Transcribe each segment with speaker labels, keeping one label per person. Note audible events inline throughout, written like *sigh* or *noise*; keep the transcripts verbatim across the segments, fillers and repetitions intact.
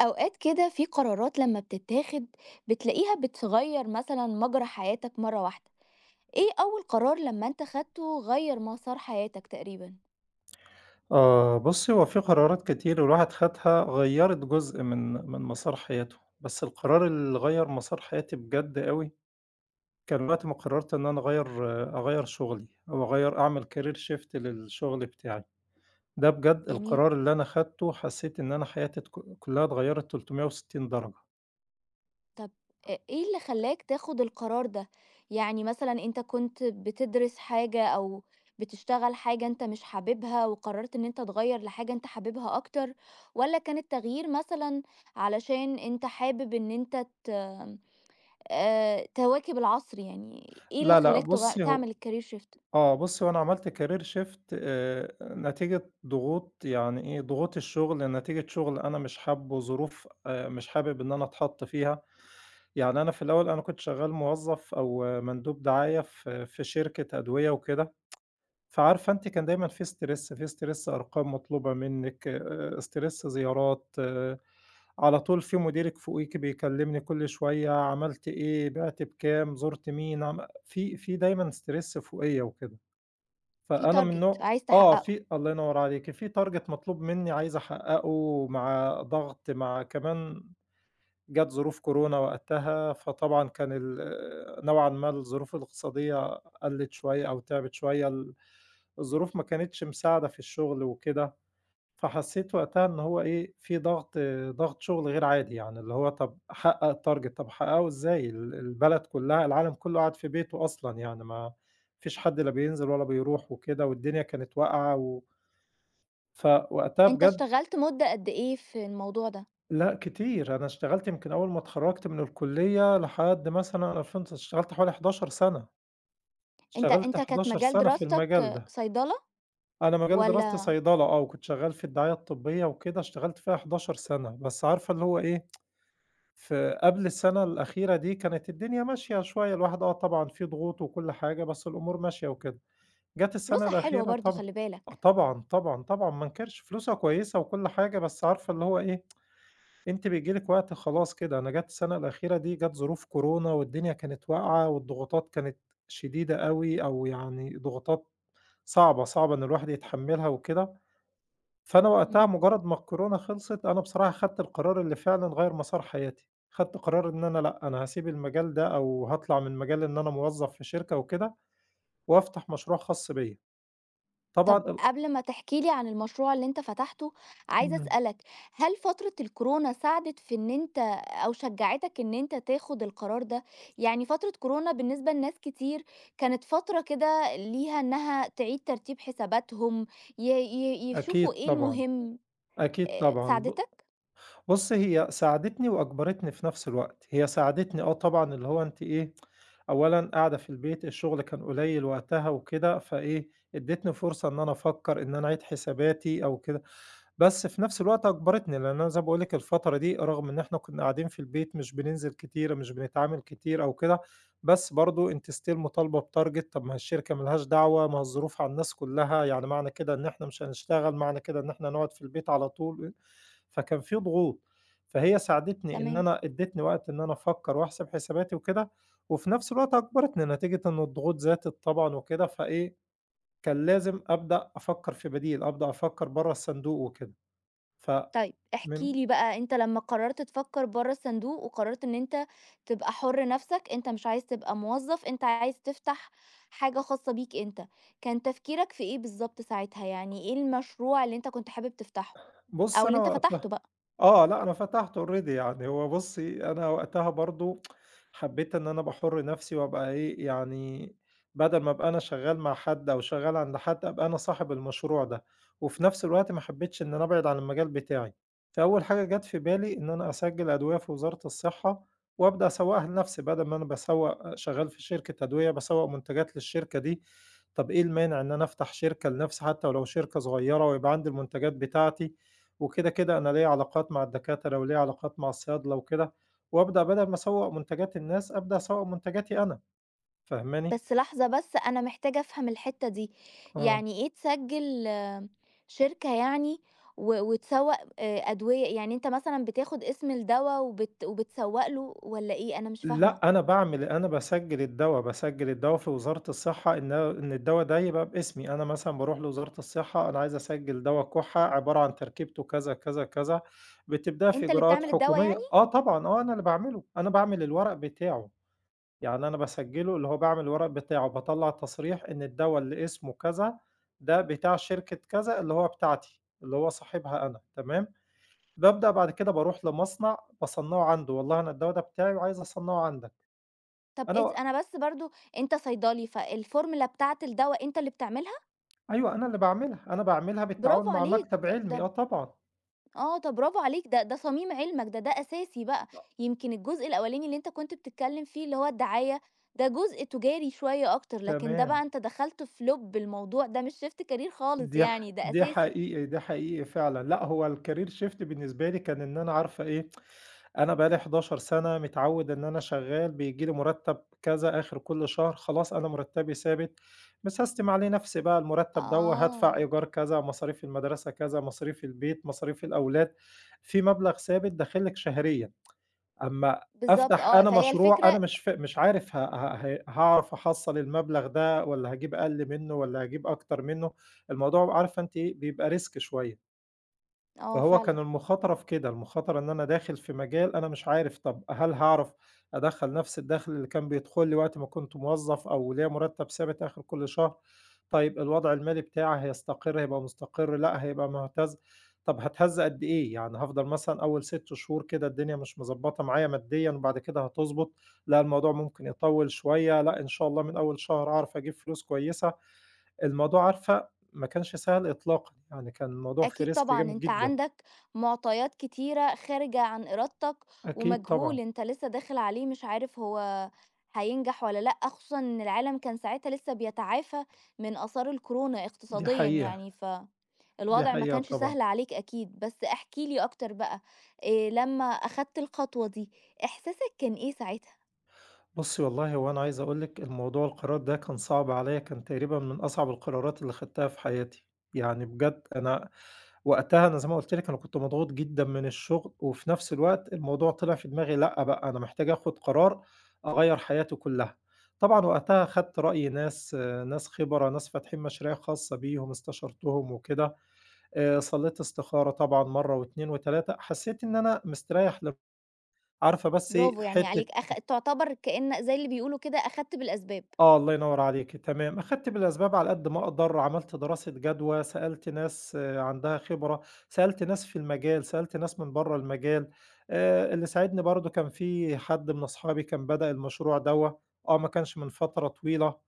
Speaker 1: أوقات كده في قرارات لما بتتاخد بتلاقيها بتغير مثلًا مجرى حياتك مرّة واحدة، إيه أول قرار لما أنت خدته غيّر مسار حياتك تقريبًا؟
Speaker 2: آه، بُصّي، هو في قرارات كتير الواحد خدها غيّرت جزء من من مسار حياته، بس القرار اللي غيّر مسار حياتي بجد أوي، كان وقت ما قررت إن أنا أغيّر آه، أغيّر شغلي أو أغيّر أعمل career shift للشغل بتاعي، ده بجد
Speaker 1: جميل.
Speaker 2: القرار اللي أنا خدته حسّيت إن أنا حياتي اتك كلّها اتغيّرت ثلاثمائة وستين درجة.
Speaker 1: طب أ إيه اللي خلّاك تاخد القرار ده؟ يعني مثلًا أنت كنت بتدرس حاجة أو بتشتغل حاجة أنت مش حاببها وقررت إن أنت تغيّر لحاجة أنت حاببها أكتر، والّا كان التغيير مثلًا علشان أنت حابب إن أنت ت آآ تواكب العصر يعني، إيه اللي
Speaker 2: لا، لأ،
Speaker 1: خلّاك تغ
Speaker 2: بُصّي هو
Speaker 1: تعمل الcareer shift؟
Speaker 2: آه، بُصّي هو أنا عملت career shift، آآ، نتيجة ضغوط يعني إيه، ضغوط الشغل، نتيجة شغل أنا مش حابّه، ظروف، آآ، مش حابب إن أنا أتحَط فيها. يعني أنا في الأول أنا كنت شغّال موظّف أو مندوب دعاية في في شركة أدوية وكده، فعارفة أنتِ كان دايمًا في stress في stress أرقام مطلوبة منِّك، آآ stress زيارات، آه، على طول في مديرِك فوقيكِ بيكلّمني كل شوية عملت إيه، بِعت بكام، زُرت مين، عم في في دايمًا stress فوقيّا وكده،
Speaker 1: في
Speaker 2: فأنا من
Speaker 1: target
Speaker 2: نوع.
Speaker 1: عايز
Speaker 2: آه،
Speaker 1: تحققه،
Speaker 2: في الله ينوّر عليكِ، في target مطلوب منّي عايز أحقّقه مع ضغط مع كمان جات ظروف كورونا وقتها، فطبعًا كان ال نوعًا ما الظروف الاقتصادية قَلِّت شوية أو تعبِت شوية، ال الظروف ما كانتش مساعدة في الشغل وكده، فحسّيت وقتها إن هو إيه، في ضغط، ضغط شغل غير عادي يعني، اللي هو طَب حقّق target طَب أحقّقه إزاي؟ ال البلد كلّها العالم كلّه قاعد في بيته أصلًا يعني، ما فيش حد لا بينزل ولا بيروح وكده والدنيا كانت واقعة و فوقتها
Speaker 1: أنت
Speaker 2: بجد.
Speaker 1: اشتغلت مدة قد إيه في الموضوع ده؟
Speaker 2: لأ كتير، أنا اشتغلت يمكن أول ما اتخرّجت من الكلية لحد مثلًا سنة ألفين اشتغلت حوالي حداشر سَنة،
Speaker 1: أنت
Speaker 2: اشتغلت
Speaker 1: أنت كانت
Speaker 2: حداشر
Speaker 1: مجال
Speaker 2: سَنة في
Speaker 1: دراستك
Speaker 2: المجال
Speaker 1: آه،
Speaker 2: ده.
Speaker 1: صيدلة
Speaker 2: أنا مجال دراستي
Speaker 1: والّا
Speaker 2: صيدلة، آه، وكنت شغّال في الدعاية الطبية وكده، اشتغلت فيها حداشر سَنة، بس عارفة اللي هو إيه، في قبل السَنة الأخيرة دي كانت الدنيا ماشية شوية، الواحد آه طبعًا في ضغوط وكل حاجة، بس الأمور ماشية وكده، جات السَنة
Speaker 1: فلوسها حلوة
Speaker 2: الأخيرة
Speaker 1: برضه
Speaker 2: طبعًا.
Speaker 1: خلّي
Speaker 2: آه
Speaker 1: بالك،
Speaker 2: طبعًا، طبعًا، طبعًا، ما انكرش، فلوسها كويسة وكل حاجة، بس عارفة اللي هو إيه، أنتِ بييجي لِك وقت خلاص كده، أنا جات السنة الأخيرة دي جات ظروف كورونا والدنيا كانت واقعة والضغوطات كانت شديدة أوي، أو يعني ضغوطات صعبة، صعبة إن الواحد يتحمّلها وكده، فأنا
Speaker 1: إمم.
Speaker 2: وقتها مجرّد ما الكورونا خلصت، أنا بصراحة خدت القرار اللي فعلًا غيّر مسار حياتي، خدت قرار إن أنا لأ، أنا هاسيب المجال ده أو هاطلع من مجال إن أنا موظّف في شركة وكده، وأفتح مشروع خاص بيّا، طبعًا
Speaker 1: طب
Speaker 2: ال
Speaker 1: قبل ما تحكي لي عن المشروع اللي أنت فتحته، عايزة
Speaker 2: إمم.
Speaker 1: أسألك، هل فترة الكورونا ساعدت في إن أنت أو شجّعتك إن أنت تاخد القرار ده؟ يعني فترة كورونا بالنسبة لناس كتير كانت فترة كده ليها إنها تعيد ترتيب حساباتهم، ي ي يشوفوا
Speaker 2: أكيد
Speaker 1: إيه
Speaker 2: طبعًا،
Speaker 1: المهم،
Speaker 2: أكيد
Speaker 1: آآ
Speaker 2: طبعًا، ب
Speaker 1: ساعدتك؟
Speaker 2: بُص، هي ساعدتني وأجبرتني في نفس الوقت، هي ساعدتني آه طبعًا، اللي هو أنتِ إيه، أولًا قاعدة في البيت، الشغل كان قليل وقتها وكده، فإيه، ادّتني فرصة إن أنا أفكّر، إن أنا أعيد حساباتي أو كده. بس في نفس الوقت أجبرتني، لأن أنا زي ما باقول لِك الفترة دي رغم إن إحنا كنا قاعدين في البيت مش بننزل كتير، مش بنتعامل كتير أو كده، بس برضه أنتِ still مطالبة بtarget. طب ما هي الشركة ما لهاش دعوة، ما هو الظروف على الناس كلها، يعني معنى كده إن إحنا مش هنشتغل، معنى كده إن إحنا هنقعد في البيت على طول، فكان في ضغوط. فهي ساعدتني إن
Speaker 1: تمام.
Speaker 2: أنا ادّتني وقت إن أنا أفكّر وأحسب حساباتي وكده، وفي نفس الوقت أجبرتني نتيجة إن الضغوط زادت طبعًا وكده، فإيه، كان لازم أبدأ أفكّر في بديل، أبدأ أفكّر برّه الصندوق وكده. فمن
Speaker 1: طيب احكِ لي بقى أنت لمّا قررت تفكّر برّه الصندوق، وقررت إن أنت تبقى حُر نَفْسك، أنت مش عايز تبقى موظّف، أنت عايز تفتح حاجة خاصة بيك أنت، كان تفكيرك في إيه بالضبط ساعتها؟ يعني إيه المشروع اللي أنت كنت حابب تفتحه،
Speaker 2: بُص
Speaker 1: أو اللي
Speaker 2: أنا
Speaker 1: أنت فتحته
Speaker 2: وقتها.
Speaker 1: بقى؟
Speaker 2: آه، لأ أنا فتحته already يعني هو بُصّي، أنا وقتها برضه حبّيت إن أنا أبقى حُر نَفْسي وأبقى إيه، يعني بدل ما أبقى أنا شغّال مع حد أو شغّال عند حد، أبقى أنا صاحب المشروع ده، وفي نَفْس الوقت ما حبّيتش إن أنا أبعد عن المجال بتاعي، فأول حاجة جات في بالي إن أنا أسجّل أدوية في وزارة الصحّة وأبدأ أسوّقها لنَفْسي، بدل ما أنا باسوّق شغّال في شركة أدوية باسوّق منتجات للشركة دي، طَب إيه المانع إن أنا أفتح شركة لنَفْسي حتى ولو شركة صغيّرة ويبقى عندي المنتجات بتاعتي وكده، كده أنا ليّا علاقات مع الدكاترة وليّا علاقات مع الصيادلة وكده، وأبدأ بدل ما أسوّق منتجات الناس، أبدأ أسوّق منتجاتي أنا، فاهماني؟
Speaker 1: بس لحظة بس أنا محتاجة أفهم الحتّة دي،
Speaker 2: آه.
Speaker 1: يعني إيه تسجّل آه، شركة يعني و وتسوّق آآ أدوية، يعني أنت مثلًا بتاخد اسم الدوا وبت وبتسوّق له والّا إيه؟ أنا مش فاهمة،
Speaker 2: لأ، أنا باعمل أنا باسجّل الدوا، باسجّل الدوا في وزارة الصحة إن إن الدوا ده يبقى باسمي، أنا مثلًا باروح لوزارة الصحة، أنا عايز أسجّل دوا كحة عبارة عن تركيبته كذا، كذا، كذا، بتبدأي في
Speaker 1: أنت اللي
Speaker 2: إجراءات
Speaker 1: بتعمل الدوا
Speaker 2: حكومية
Speaker 1: يعني؟
Speaker 2: آه طبعًا، آه أنا اللي باعمله، أنا باعمل الورق بتاعه. يعني أنا باسجّله اللي هو باعمل الورق بتاعه، باطلّع تصريح إن الدوا اللي اسمه كذا، ده بتاع شركة كذا اللي هو بتاعتي، اللي هو صاحبها أنا، تمام، بابدأ بعد كده باروح لمصنع باصنّعه عنده، والله أنا الدوا ده بتاعي وعايز أصنّعه عندك،
Speaker 1: طب
Speaker 2: أنا
Speaker 1: ات
Speaker 2: و
Speaker 1: أنا بس برضه أنت صيدلي، فالفورمولا بتاعة الدوا أنت اللي بتعملها؟
Speaker 2: أيوه أنا اللي باعملها، أنا باعملها بالتعاون
Speaker 1: برافو
Speaker 2: مع
Speaker 1: عليك،
Speaker 2: مكتب
Speaker 1: طب
Speaker 2: علمي،
Speaker 1: ده
Speaker 2: آه طبعًا،
Speaker 1: آه، طب برافو عليك، ده ده صميم علمك، ده ده أساسي بقى.
Speaker 2: أ
Speaker 1: يمكن الجزء الأولاني اللي أنت كنت بتتكلم فيه اللي هو الدعاية، ده جزء تجاري شوية أكتر، لكن ده
Speaker 2: تمام.
Speaker 1: بقى أنت دخلت في لُب الموضوع، ده مش shift career خالص
Speaker 2: دي ح
Speaker 1: يعني، ده
Speaker 2: دي
Speaker 1: أساسي.
Speaker 2: حقيقي، ده حقيقي فعلًا. لأ، هو الcareer shift بالنسبة لي كان إن أنا عارفة إيه، أنا بقى لي حداشر سَنة متعوِّد إن أنا شغّال، بييجي لي مُرتَّب كذا آخر كل شهر، خلاص أنا مُرتَّبي ثابت، مسستم عليه نَفْسي بقى المُرتَّب دوّة، هادفع
Speaker 1: آه،
Speaker 2: إيجار كذا، مصاريف المدرسة كذا، مصاريف البيت، مصاريف الأولاد، في مبلغ ثابت داخل لِك شهريًا. أمّا
Speaker 1: بالضبط
Speaker 2: أفتح
Speaker 1: آه،
Speaker 2: أنا
Speaker 1: فهي
Speaker 2: مشروع أنا
Speaker 1: الفكرة
Speaker 2: مش ف مش عارف ه ه ه هاعرف أحصّل المبلغ ده والّا هاجيب أقل منّه والّا هاجيب أكتر منّه، الموضوع عارفة أنتِ إيه، بيبقى risk شوية.
Speaker 1: آه،
Speaker 2: فهو
Speaker 1: فعلًا.
Speaker 2: كان المخاطرة في كده، المخاطرة إن أنا داخل في مجال أنا مش عارف طب هل هاعرف أدخّل نفس الدخل اللي كان بيدخل لي وقت ما كنت موظف أو ليّا مرتب ثابت آخر كل شهر، طيب الوضع المالي بتاعي هيستقر، هيبقى مستقر، لأ هيبقى مهتز، طب هاتهز قد إيه؟ يعني هافضل مثلًا أول ست شهور كده الدنيا مش مضبّطة معايا ماديًا وبعد كده هتضبط، لأ الموضوع ممكن يطوّل شوية، لأ إن شاء الله من أول شهر أعرف أجيب فلوس كويسة، الموضوع عارفة ما كانش سهل إطلاقًا، يعني كان الموضوع فيه
Speaker 1: أكيد
Speaker 2: risk
Speaker 1: طبعًا،
Speaker 2: جامد
Speaker 1: أنت
Speaker 2: جدًا.
Speaker 1: عندك معطيات كتيرة خارجة عن إرادتك،
Speaker 2: أكيد طبعًا،
Speaker 1: ومجهول أنت لسه داخل عليه مش عارف هو هينجح والّا لأ، خصوصًا إن العالم كان ساعتها لسه بيتعافى من آثار الكورونا
Speaker 2: دي
Speaker 1: اقتصاديًا
Speaker 2: حقيقة،
Speaker 1: يعني،
Speaker 2: دي
Speaker 1: فالوضع ما
Speaker 2: حقيقة
Speaker 1: كانش
Speaker 2: طبعًا.
Speaker 1: سهل عليك أكيد. بس احكِ لي أكتر بقى، آآ لمّا أخدت الخطوة دي، إحساسك كان إيه ساعتها؟
Speaker 2: بُصّي والله هو أنا عايز أقول لِك الموضوع القرار ده كان صعب عليَّ، كان تقريبًا من أصعب القرارات اللي خدتها في حياتي، يعني بجد أنا وقتها أنا زي ما قُلت لِك أنا كنت مضغوط جدًا من الشغل، وفي نفس الوقت الموضوع طلع في دماغي لأ بقى أنا محتاج آخد قرار أغيّر حياتي كلّها. طبعًا وقتها خدت رأي ناس، آه، ناس خبرا، ناس فاتحين مشاريع خاصة بيهم، استشرتهم وكده، آآ صلّيت استخارة طبعًا مرّة واتنين وتلاتة حسّيت إن أنا مستريّح. ل عارفة بس إيه،
Speaker 1: برافو يعني
Speaker 2: حتّة
Speaker 1: عليك، أخ تعتبر كأن زي اللي بيقولوا كده أخدت بالأسباب.
Speaker 2: آه، الله ينوّر عليكِ، تمام. أخدت بالأسباب على قد ما أقدر، عملت دراسة جدوى، سألت ناس، آه، عندها خبرة، سألت ناس في المجال، سألت ناس من برّه المجال. آآ، اللي ساعدني برضه كان في حد من أصحابي كان بدأ المشروع دوّة، آه، ما كانش من فترة طويلة.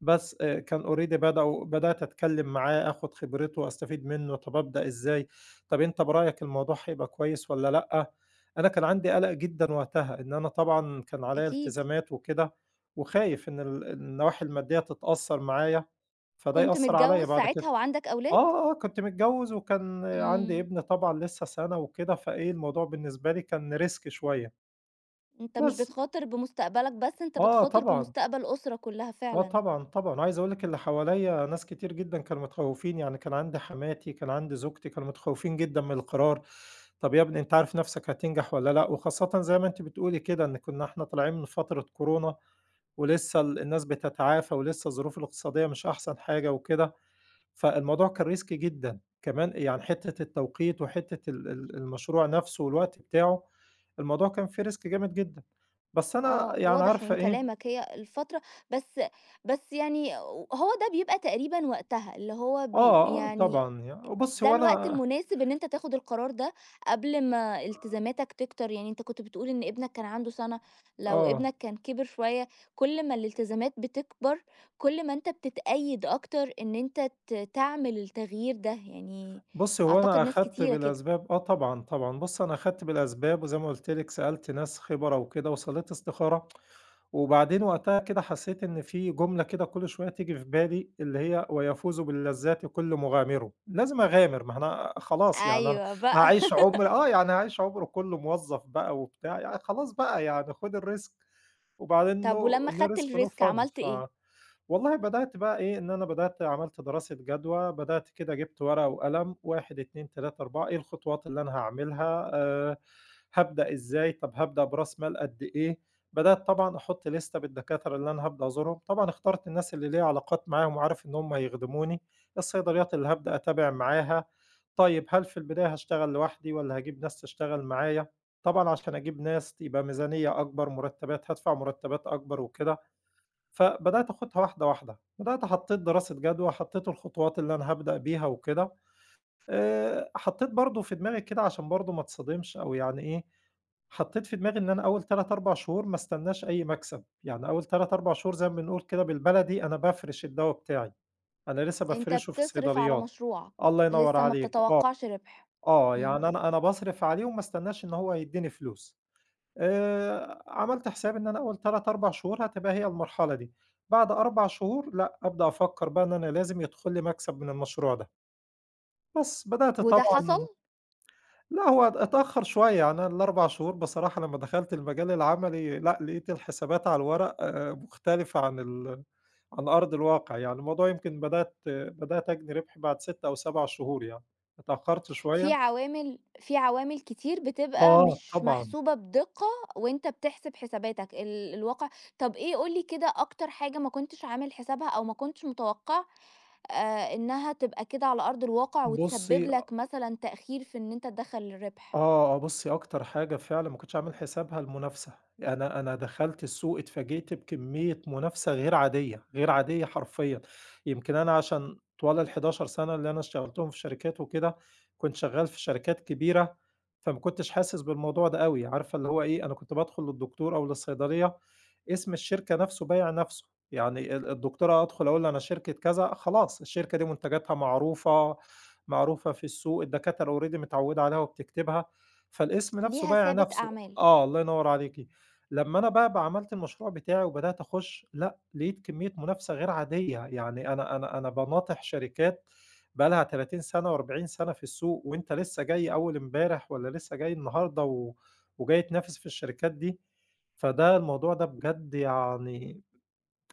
Speaker 2: بس آآ كان already بدأوا بدأت أتكلّم معاه، آخُد خبرته، أستفيد منه، طَب أبدأ إزاي، طَب أنت برأيك الموضوع هيبقى كويس والّا لأ؟ أنا كان عندي قَلَق جدًا وقتها، إن أنا طبعًا كان عليّا
Speaker 1: أكيد.
Speaker 2: التزامات وكده، وخايف إن ال النواحي المادية تتأثّر معايا، فده
Speaker 1: كنت
Speaker 2: يأثّر عليّا
Speaker 1: متجوّز
Speaker 2: بعد
Speaker 1: ساعتها
Speaker 2: كده.
Speaker 1: وعندك أولاد؟
Speaker 2: آه، آه، آه، كنت متجوّز وكان عندي
Speaker 1: إمم.
Speaker 2: ابن طبعًا لسه سَنة وكده، فإيه الموضوع بالنسبة لي كان risk شوية،
Speaker 1: أنت مش
Speaker 2: بس.
Speaker 1: بتخاطر بمستقبلك بس، أنت
Speaker 2: آه
Speaker 1: بتخاطر
Speaker 2: طبعًا.
Speaker 1: بمستقبل أسرة كلّها
Speaker 2: آه
Speaker 1: فعلًا،
Speaker 2: طبعًا، طبعًا، عايز أقول لِك اللي حواليّا ناس كتير جدًا كانوا متخوّفين، يعني كان عندي حماتي، كان عندي زوجتي، كانوا متخوّفين جدًا من القرار، طَب يا ابني أنت عارف نَفْسك هتنجح والّا لأ؟ وخاصةً زي ما أنتِ بتقولي كده إن كُنّا إحنا طالعين من فترة كورونا ولسه ال الناس بتتعافى ولسه الظروف الاقتصادية مش أحسن حاجة وكده، فالموضوع كان risky جدًا، كمان يعني حتّة التوقيت وحتّة ال ال المشروع نَفْسه والوقت بتاعه، الموضوع كان فيه risk جامد جدًا، بس أنا
Speaker 1: آه،
Speaker 2: يعني
Speaker 1: واضح
Speaker 2: عارفة
Speaker 1: من
Speaker 2: إيه.
Speaker 1: كلامك هي الفترة بس بس يعني هو ده بيبقى تقريبًا وقتها، اللي هو ب
Speaker 2: آه، آه،
Speaker 1: يعني
Speaker 2: طبعًا يع بُص
Speaker 1: ده
Speaker 2: هو
Speaker 1: الوقت
Speaker 2: أنا
Speaker 1: المناسب إن أنت تاخد القرار ده قبل ما التزاماتك تكتر، يعني أنت كنت بتقول إن ابنك كان عنده سَنة، لو
Speaker 2: آه،
Speaker 1: ابنك كان كِبِر شوية كل ما الالتزامات بتكبر، كل ما أنت بتتقيد أكتر إن أنت ت تعمل التغيير ده، يعني
Speaker 2: بُص هو
Speaker 1: أعتقد
Speaker 2: أنا
Speaker 1: ناس
Speaker 2: أخدت
Speaker 1: كتيرة كده.
Speaker 2: بالأسباب آه طبعًا، طبعًا، بُص أنا أخدت بالأسباب وزي ما قُلت لِك سألت ناس خبرا وكده وصلّيت استخارة، وبعدين وقتها كده حسّيت إن في جملة كده كل شوية تيجي في بالي اللي هي "ويفوز باللذات كل مغامر." لازم أغامر ما أنا خلاص يعني أنا
Speaker 1: أيوه بقى.
Speaker 2: هاعيش عمر
Speaker 1: *laughs*
Speaker 2: آه، يعني هاعيش عمري كله موظف بقى وبتاع، يعني خلاص بقى يعني خُد الrisk وبعدين
Speaker 1: طب ولمّا
Speaker 2: no no
Speaker 1: خدت
Speaker 2: risk no
Speaker 1: الrisk
Speaker 2: fun.
Speaker 1: عملت
Speaker 2: ف
Speaker 1: إيه؟
Speaker 2: والله بدأت بقى إيه، إن أنا بدأت عملت دراسة جدوى، بدأت كده جِبت ورقة وقلم واحد، اتنين، تلاتة، أربعة إيه الخطوات اللي أنا هاعملها، آآ هابدأ إزاي، طب هابدأ برأس مال قد إيه، بدأت طبعًا أحُط لِستة بالدكاترة اللي أنا هابدأ أزورهم، طبعًا اخترت الناس اللي ليّا علاقات معاهم وعارف إن هم هيخدموني، الصيدليات اللي هابدأ أتابع معاها، طيب هل في البداية هاشتغل لوحدي والّا هاجيب ناس تشتغل معايا، طبعًا عشان أجيب ناس يبقى ميزانية أكبر، مُرتبات هادفع مُرتبات أكبر وكده، فبدأت آخُدها واحدة، واحدة، بدأت حطّيت دراسة جدوى، حطّيت الخطوات اللي أنا هابدأ بيها وكده، آآ حطّيت برضه في دماغي كده عشان برضه ما اتصدمش أو يعني إيه، حطّيت في دماغي إن أنا أول تلات، أربع شهور ما استناش أي مكسب، يعني أول تلات، أربع شهور زي ما بنقول كده بالبلدي أنا بافرِش الدوا بتاعي، أنا لسه
Speaker 1: أنت
Speaker 2: بافرِشه في
Speaker 1: بتصرف على
Speaker 2: الصيدليات.
Speaker 1: مشروعك،
Speaker 2: الله ينوّر
Speaker 1: لسه ما
Speaker 2: عليك، آه،
Speaker 1: بتتوقعش ربح،
Speaker 2: آه، يعني
Speaker 1: إمم،
Speaker 2: أنا أنا باصرف عليه وما استناش إن هو يدّيني فلوس. آآ عملت حسابي إن أنا أول تلات، أربع شهور هتبقى هي المرحلة دي، بعد أربع شهور لأ، أبدأ أفكّر بقى إن أنا لازم يدخل لي مكسب من المشروع ده، بس بدأت
Speaker 1: وده حصل؟
Speaker 2: طبعًا. لأ هو اتأخّر شوية، يعني أنا الأربع شهور بصراحة لمّا دخلت المجال العملي لأ، لقيت الحسابات على الورق، آه، مختلفة عن ال عن أرض الواقع، يعني الموضوع يمكن بدأت آه، بدأت أجني ربح بعد ست أو سبع شهور يعني، اتأخّرت
Speaker 1: في
Speaker 2: شوية.
Speaker 1: عوامل في عوامل كتير بتبقى
Speaker 2: آه
Speaker 1: مش
Speaker 2: طبعًا،
Speaker 1: محسوبة بدقة وأنت بتحسب حساباتك ال الواقع طب إيه قُل لي كده أكتر حاجة ما كنتش عامل حسابها أو ما كنتش متوقع آآ إنها تبقى كده على أرض الواقع وتسبب
Speaker 2: بُصّي
Speaker 1: لك مثلًا تأخير في إن أنت تدخّل الربح؟
Speaker 2: آه، آه، بُصّي أكتر حاجة فعلًا ما كنتش عامل حسابها المنافسة، أنا أنا دخلت السوق اتفاجئت بكمية منافسة غير عادية، غير عادية حرفيًا، يمكن أنا عشان طوال الحداشر سنة اللي أنا اشتغلتهم في شركات وكده، كنت شغال في شركات كبيرة، فما كنتش حاسس بالموضوع ده أوي، عارفة اللي هو إيه، أنا كنت بادخل للدكتور أو للصيدلية اسم الشركة نفسه بايع نفسه، يعني ال الدكتورة أدخل أقول أنا شركة كذا خلاص الشركة دي منتجاتها معروفة، معروفة في السوق، الدكاترة already متعودة عليها وبتكتبها. فالاسم نفسه
Speaker 1: ليها
Speaker 2: بايع
Speaker 1: سابق
Speaker 2: نفسه.
Speaker 1: أعمال،
Speaker 2: آه، الله ينوّر عليكِ. لمّا أنا بقى بقى عملت المشروع بتاعي وبدأت أخُش، لأ، لقيت كمية منافسة غير عادية، يعني أنا أنا أنا باناطح شركات بقى لها تلاتين سَنة و40 سَنة في السوق، وأنت لسه جاي أول امبارح والّا لسه جاي النهارده و وجاي تنافس في الشركات دي، فده الموضوع ده بجد يعني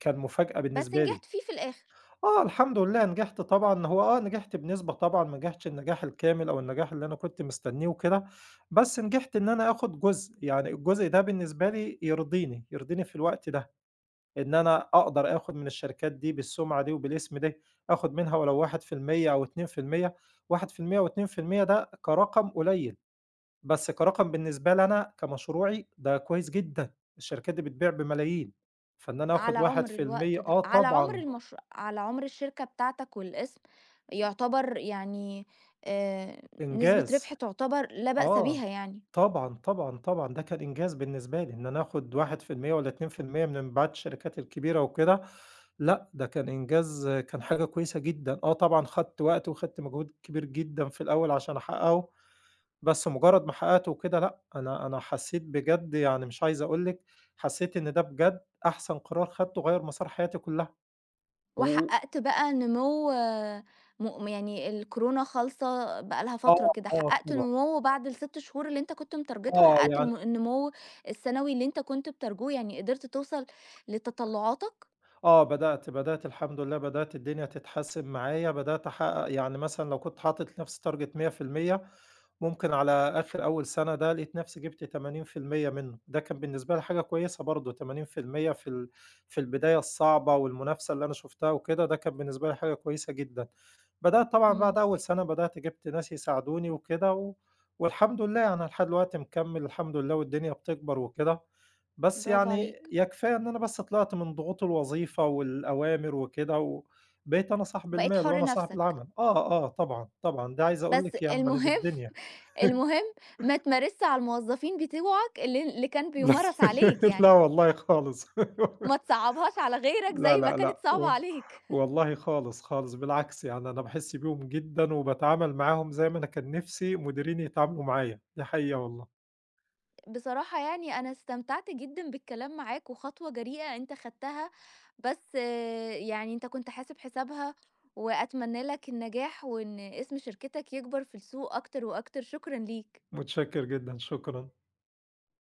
Speaker 2: كان مفاجأة
Speaker 1: بس
Speaker 2: بالنسبة
Speaker 1: نجحت
Speaker 2: لي.
Speaker 1: فيه في الآخر.
Speaker 2: آه، الحمد لله نجحت طبعًا، هو آه نجحت بنسبة طبعًا، ما نجحتش النجاح الكامل أو النجاح اللي أنا كنت مستنيه وكده، بس نجحت إن أنا آخُد جزء، يعني الجزء ده بالنسبة لي يرضيني، يرضيني في الوقت ده، إن أنا أقدر آخُد من الشركات دي بالسُمعة دي وبالاسم ده، آخُد منها ولو واحد في المية أو اتنين في المية، واحد في المية و2% ده كرقم قليل، بس كرقم بالنسبة لي أنا كمشروعي ده كويس جدًا، الشركات دي بتبيع بملايين، فإن أنا
Speaker 1: على
Speaker 2: آخُد
Speaker 1: عُمر
Speaker 2: واحد في المية
Speaker 1: الوقت ده،
Speaker 2: آه
Speaker 1: على عُمر
Speaker 2: طبعًا،
Speaker 1: المشروع على عُمر الشركة بتاعتك والاسم، يعتبر يعني آآ نسبة
Speaker 2: إنجاز.
Speaker 1: ربح تعتبر لا بأس
Speaker 2: آه،
Speaker 1: بيها يعني،
Speaker 2: طبعًا، طبعًا، طبعًا، ده كان إنجاز بالنسبة لي، إن أنا آخد واحد في المية والّا اتنين في المية من مبيعات الشركات الكبيرة وكده، لأ، ده كان إنجاز كان حاجة كويسة جدًا، آه طبعًا خدت وقت وخدت مجهود كبير جدًا في الأول عشان أحققه، بس مجرد ما حققته وكده لأ، أنا أنا حسيت بجد يعني مش عايز أقول لِك، حسيت إن ده بجد أحسن قرار خدته غيّر مسار حياتي كلها، و
Speaker 1: وحققت بقى نمو آه، م يعني الكورونا خالصة بقى لها فترة
Speaker 2: آه،
Speaker 1: كده،
Speaker 2: آه
Speaker 1: حققت
Speaker 2: طبعًا،
Speaker 1: نمو بعد الست شهور اللي أنت كنت متارجتها،
Speaker 2: آه
Speaker 1: حققت
Speaker 2: يعني
Speaker 1: الم النمو السنوي اللي أنت كنت بترجوه، يعني قدرت توصل لتطلعاتك.
Speaker 2: آه، بدأت، بدأت الحمد لله بدأت الدنيا تتحسّن معايا، بدأت أحقق يعني مثلًا لو كنت حاطط لنفسي target مية في المية ممكن على آخر أول سَنة ده لقيت نفسي جِبت تمانين في المية منه، ده كان بالنسبة لي حاجة كويسة برضه تمانين في المية في المية في ال في البداية الصعبة والمنافسة اللي أنا شُفتها وكده، ده كان بالنسبة لي حاجة كويسة جدًا. بدأت طبعًا
Speaker 1: إمم،
Speaker 2: بعد أول سَنة بدأت جِبت ناس يساعدوني وكده و والحمد لله يعني أنا لحد دلوقتي مكمّل الحمد لله والدنيا بتكبر وكده، بس
Speaker 1: برافو
Speaker 2: يعني
Speaker 1: عليك،
Speaker 2: يكفاية إن أنا بس طلعت من ضغوط الوظيفة والأوامر وكده وبقيت أنا صاحب
Speaker 1: بقيت
Speaker 2: المال
Speaker 1: حُر
Speaker 2: وأنا صاحب
Speaker 1: نفسك.
Speaker 2: العمل. آه، آه، طبعًا، طبعًا، ده عايز أقول
Speaker 1: بس
Speaker 2: لِك يعني
Speaker 1: المهم
Speaker 2: بالدنيا.
Speaker 1: *laughs* المهم ما تمارسش على الموظفين بتوعك اللي اللي كان
Speaker 2: *laughs* لأ،
Speaker 1: بيمارس عليك
Speaker 2: لأ
Speaker 1: يعني،
Speaker 2: والله خالص. *laughs*
Speaker 1: ما تصعّبهاش على غيرك
Speaker 2: لا،
Speaker 1: زي ما
Speaker 2: لأ،
Speaker 1: كانت
Speaker 2: لأ،
Speaker 1: صعبة
Speaker 2: و
Speaker 1: عليك.
Speaker 2: والله خالص، خالص، بالعكس يعني أنا باحس بيهم جدًا وباتعامل معاهم زي ما أنا كان نِفْسي مديرين يتعاملوا معايا، دي حقيقة والله.
Speaker 1: بصراحة يعني أنا استمتعت جدًا بالكلام معاك، وخطوة جريئة أنت خدتها، بس آه، يعني أنت كنت حاسب حسابها، وأتمنى لك النجاح وإن اسم شركتك يكبر في السوق أكتر وأكتر. شكرًا ليك.
Speaker 2: متشكّر جدًا، شكرًا.